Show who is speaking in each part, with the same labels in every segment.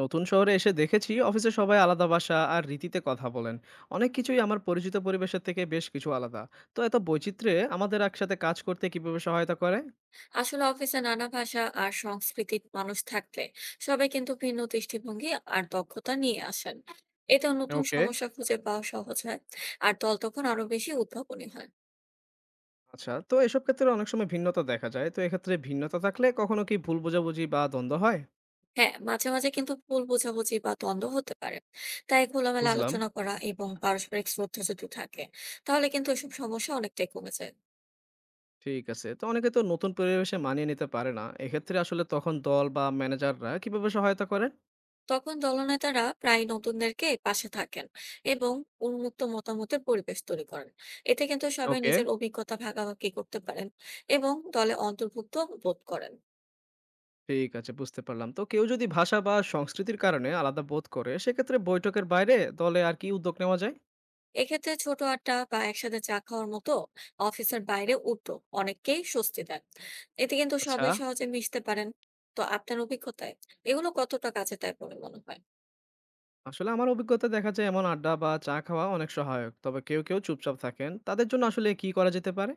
Speaker 1: নতুন শহরে এসে দেখেছি অফিসে সবাই আলাদা ভাষা আর রীতিতে কথা বলেন। অনেক কিছুই আমার পরিচিত পরিবেশের থেকে বেশ কিছু আলাদা। তো এত বৈচিত্র্যে আমাদের একসাথে কাজ করতে কিভাবে সহায়তা করে?
Speaker 2: আসলে অফিসে নানা ভাষা আর সংস্কৃতির মানুষ থাকলে সবাই কিন্তু ভিন্ন দৃষ্টিভঙ্গি আর দক্ষতা নিয়ে আসেন। এতে নতুন
Speaker 1: ওকে।
Speaker 2: সমস্যা খুঁজে পাওয়া সহজ হয়, আর দল তখন আরো বেশি উদ্ভাবনী হয়।
Speaker 1: আচ্ছা, তো এসব ক্ষেত্রে অনেক সময় ভিন্নতা দেখা যায়, তো এক্ষেত্রে ভিন্নতা থাকলে কখনো কি ভুল বোঝাবুঝি বা দ্বন্দ্ব হয়?
Speaker 2: হ্যাঁ, মাঝে মাঝে কিন্তু ভুল বোঝাবুঝি বা দ্বন্দ্ব হতে পারে। তাই খোলামেলা
Speaker 1: বুঝলাম।
Speaker 2: আলোচনা করা এবং পারস্পরিক শ্রদ্ধা যদি থাকে, তাহলে কিন্তু এসব সমস্যা অনেকটাই কমে যায়।
Speaker 1: ঠিক আছে, তো অনেকে তো নতুন পরিবেশে মানিয়ে নিতে পারে না, এক্ষেত্রে আসলে তখন দল বা ম্যানেজাররা কিভাবে সহায়তা করে?
Speaker 2: তখন দলনেতারা প্রায় নতুনদেরকে পাশে থাকেন এবং উন্মুক্ত মতামতের পরিবেশ তৈরি করেন। এতে কিন্তু সবাই
Speaker 1: ওকে।
Speaker 2: নিজের অভিজ্ঞতা ভাগাভাগি করতে পারেন এবং দলে অন্তর্ভুক্ত বোধ করেন।
Speaker 1: ঠিক আছে, বুঝতে পারলাম। তো কেউ যদি ভাষা বা সংস্কৃতির কারণে আলাদা বোধ করে, সেক্ষেত্রে বৈঠকের বাইরে দলে আর কি উদ্যোগ নেওয়া যায়?
Speaker 2: এক্ষেত্রে ছোট আড্ডা বা একসাথে চা খাওয়ার মতো অফিসের বাইরে উদ্যোগ অনেককেই স্বস্তি দেন। এতে কিন্তু
Speaker 1: আচ্ছা,
Speaker 2: সবাই সহজে মিশতে পারেন। তো আপনার অভিজ্ঞতায় এগুলো কতটা কাজে দেয় বলে মনে হয়?
Speaker 1: আসলে আমার অভিজ্ঞতা দেখা যায় এমন আড্ডা বা চা খাওয়া অনেক সহায়ক। তবে কেউ চুপচাপ থাকেন। তাদের জন্য আসলে কি করা যেতে পারে?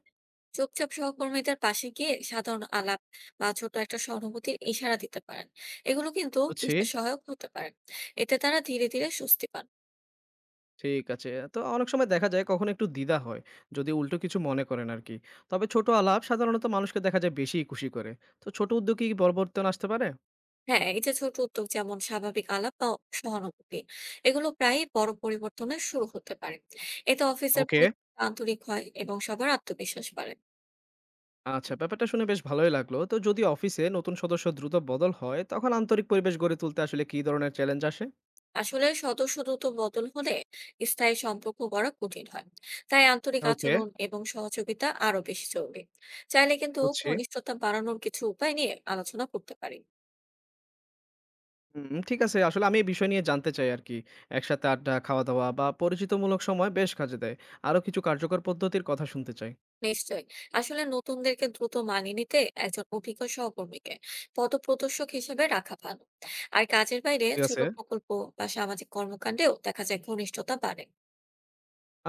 Speaker 2: চুপচাপ সহকর্মীদের পাশে গিয়ে সাধারণ আলাপ বা ছোট একটা সহানুভূতির ইশারা দিতে পারেন। এগুলো কিন্তু
Speaker 1: বুঝছি।
Speaker 2: বিশেষ সহায়ক হতে পারে। এতে তারা ধীরে ধীরে স্বস্তি পান।
Speaker 1: ঠিক আছে। তো অনেক সময় দেখা যায় কখনো একটু দ্বিধা হয়, যদি উল্টো কিছু মনে করেন আরকি। তবে ছোট আলাপ সাধারণত মানুষকে দেখা যায় বেশি খুশি করে। তো ছোট উদ্যোগ কি পরিবর্তন আসতে পারে?
Speaker 2: হ্যাঁ, এই যে ছোট উদ্যোগ, যেমন স্বাভাবিক আলাপ বা সহানুভূতি, এগুলো প্রায়ই বড় পরিবর্তনের শুরু হতে পারে। এতে অফিসের
Speaker 1: ওকে।
Speaker 2: পরিবেশ আন্তরিক হয় এবং সবার আত্মবিশ্বাস বাড়ে।
Speaker 1: আচ্ছা, ব্যাপারটা শুনে বেশ ভালোই লাগলো। তো যদি অফিসে নতুন সদস্য দ্রুত বদল হয়, তখন আন্তরিক পরিবেশ গড়ে তুলতে আসলে কি ধরনের চ্যালেঞ্জ আসে?
Speaker 2: আসলে সদস্য দ্রুত বদল হলে স্থায়ী সম্পর্ক গড়া কঠিন হয়। তাই আন্তরিক
Speaker 1: ওকে,
Speaker 2: আচরণ এবং সহযোগিতা আরো বেশি জরুরি। চাইলে কিন্তু
Speaker 1: বুঝছি।
Speaker 2: ঘনিষ্ঠতা বাড়ানোর কিছু উপায় নিয়ে আলোচনা করতে পারি।
Speaker 1: হুম, ঠিক আছে। আসলে আমি এই বিষয় নিয়ে জানতে চাই আরকি। একসাথে আড্ডা, খাওয়া-দাওয়া বা পরিচিতমূলক সময় বেশ কাজে দেয়। আরো কিছু কার্যকর পদ্ধতির কথা শুনতে চাই।
Speaker 2: নিশ্চয়ই। আসলে নতুনদেরকে দ্রুত মানিয়ে নিতে একজন অভিজ্ঞ সহকর্মীকে পথপ্রদর্শক হিসেবে রাখা ভালো। আর কাজের বাইরে
Speaker 1: ঠিক
Speaker 2: ছোট
Speaker 1: আছে।
Speaker 2: প্রকল্প বা সামাজিক কর্মকাণ্ডেও দেখা যায় ঘনিষ্ঠতা বাড়ে।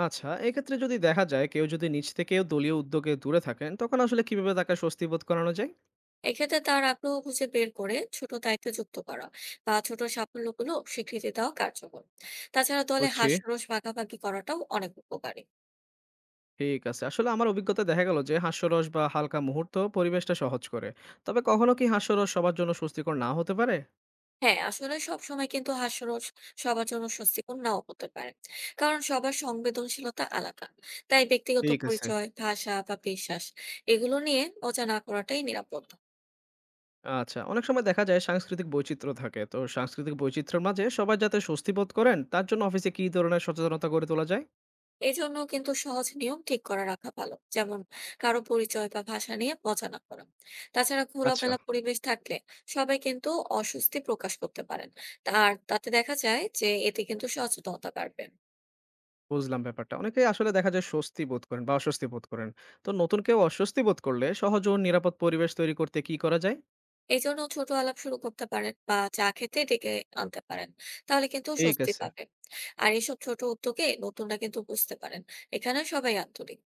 Speaker 1: আচ্ছা, এক্ষেত্রে যদি দেখা যায় কেউ যদি নিজ থেকেও দলীয় উদ্যোগে দূরে থাকেন, তখন আসলে কিভাবে তাকে স্বস্তি বোধ করানো যায়?
Speaker 2: এক্ষেত্রে তার আগ্রহ খুঁজে বের করে ছোট দায়িত্ব যুক্ত করা বা ছোট সাফল্যগুলো স্বীকৃতি দেওয়া কার্যকর। তাছাড়া দলে
Speaker 1: বুঝছি।
Speaker 2: হাস্যরস ভাগাভাগি করাটাও অনেক উপকারী।
Speaker 1: ঠিক আছে। আসলে আমার অভিজ্ঞতা দেখা গেল যে হাস্যরস বা হালকা মুহূর্ত পরিবেশটা সহজ করে। তবে কখনো কি হাস্যরস সবার জন্য স্বস্তিকর না হতে পারে?
Speaker 2: হ্যাঁ, আসলে সব সময় কিন্তু হাস্যরস সবার জন্য স্বস্তিকর নাও হতে পারে, কারণ সবার সংবেদনশীলতা আলাদা। তাই ব্যক্তিগত
Speaker 1: ঠিক আছে।
Speaker 2: পরিচয়, ভাষা বা বিশ্বাস এগুলো নিয়ে মজা না করাটাই নিরাপদ।
Speaker 1: আচ্ছা, অনেক সময় দেখা যায় সাংস্কৃতিক বৈচিত্র্য থাকে। তো সাংস্কৃতিক বৈচিত্র্যের মাঝে সবাই যাতে স্বস্তি বোধ করেন তার জন্য অফিসে কি ধরনের সচেতনতা গড়ে তোলা যায়?
Speaker 2: এজন্য কিন্তু সহজ নিয়ম ঠিক করে রাখা ভালো, যেমন কারো পরিচয় বা ভাষা নিয়ে মজা না করা। তাছাড়া
Speaker 1: আচ্ছা।
Speaker 2: খোলামেলা পরিবেশ থাকলে সবাই কিন্তু অস্বস্তি প্রকাশ করতে পারেন। আর তাতে দেখা যায় যে এতে কিন্তু সচেতনতা বাড়বে।
Speaker 1: বুঝলাম ব্যাপারটা। অনেকেই আসলে দেখা যায় স্বস্তি বোধ করেন বা অস্বস্তি বোধ করেন। তো নতুন কেউ অস্বস্তি বোধ করলে সহজ ও নিরাপদ পরিবেশ তৈরি করতে কি করা যায়?
Speaker 2: এই জন্য ছোট আলাপ শুরু করতে পারেন বা চা খেতে ডেকে আনতে পারেন, তাহলে কিন্তু
Speaker 1: ঠিক
Speaker 2: স্বস্তি
Speaker 1: আছে।
Speaker 2: পাবে। আর এইসব ছোট উদ্যোগে নতুনরা কিন্তু বুঝতে পারেন এখানে সবাই আন্তরিক।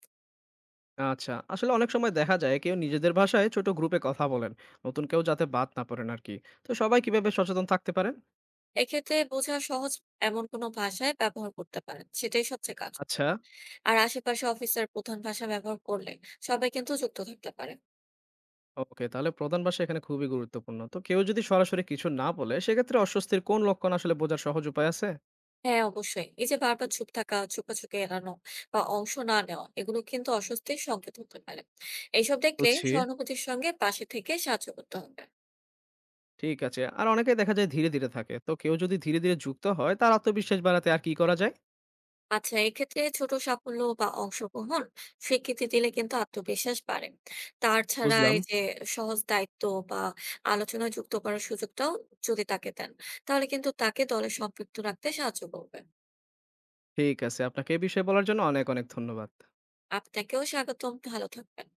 Speaker 1: আচ্ছা। আসলে অনেক সময় দেখা যায় কেউ নিজেদের ভাষায় ছোট গ্রুপে কথা বলেন। নতুন কেউ যাতে বাদ না পড়েন আরকি। তো সবাই কিভাবে সচেতন থাকতে পারেন?
Speaker 2: এক্ষেত্রে বোঝা সহজ এমন কোনো ভাষায় ব্যবহার করতে পারেন, সেটাই সবচেয়ে কার্যকর।
Speaker 1: আচ্ছা,
Speaker 2: আর আশেপাশে অফিসের প্রধান ভাষা ব্যবহার করলে সবাই কিন্তু যুক্ত থাকতে পারে।
Speaker 1: ওকে। তাহলে প্রধান ভাষা এখানে খুবই গুরুত্বপূর্ণ। তো কেউ যদি সরাসরি কিছু না বলে সেক্ষেত্রে অস্বস্তির কোন লক্ষণ আসলে বোঝার সহজ উপায় আছে?
Speaker 2: হ্যাঁ, অবশ্যই। এই যে বারবার চুপ থাকা, চুপাচুপি এড়ানো বা অংশ না নেওয়া, এগুলো কিন্তু অস্বস্তির সংকেত হতে পারে। এইসব দেখলে
Speaker 1: বুঝছি।
Speaker 2: সহানুভূতির সঙ্গে পাশে থেকে সাহায্য করতে হবে।
Speaker 1: ঠিক আছে। আর অনেকেই দেখা যায় ধীরে, ধীরে থাকে। তো কেউ যদি ধীরে, ধীরে যুক্ত হয় তার আত্মবিশ্বাস বাড়াতে আর কি করা যায়?
Speaker 2: আচ্ছা, এক্ষেত্রে ছোট সাফল্য বা অংশগ্রহণ স্বীকৃতি দিলে কিন্তু আত্মবিশ্বাস বাড়ে। তার ছাড়া
Speaker 1: বুঝলাম।
Speaker 2: এই যে সহজ দায়িত্ব বা আলোচনায় যুক্ত করার সুযোগটাও যদি তাকে দেন, তাহলে কিন্তু তাকে দলে সম্পৃক্ত রাখতে সাহায্য করবে।
Speaker 1: ঠিক আছে। আপনাকে এই বিষয়ে বলার জন্য অনেক, অনেক ধন্যবাদ।
Speaker 2: আপনাকেও স্বাগতম, ভালো থাকবেন।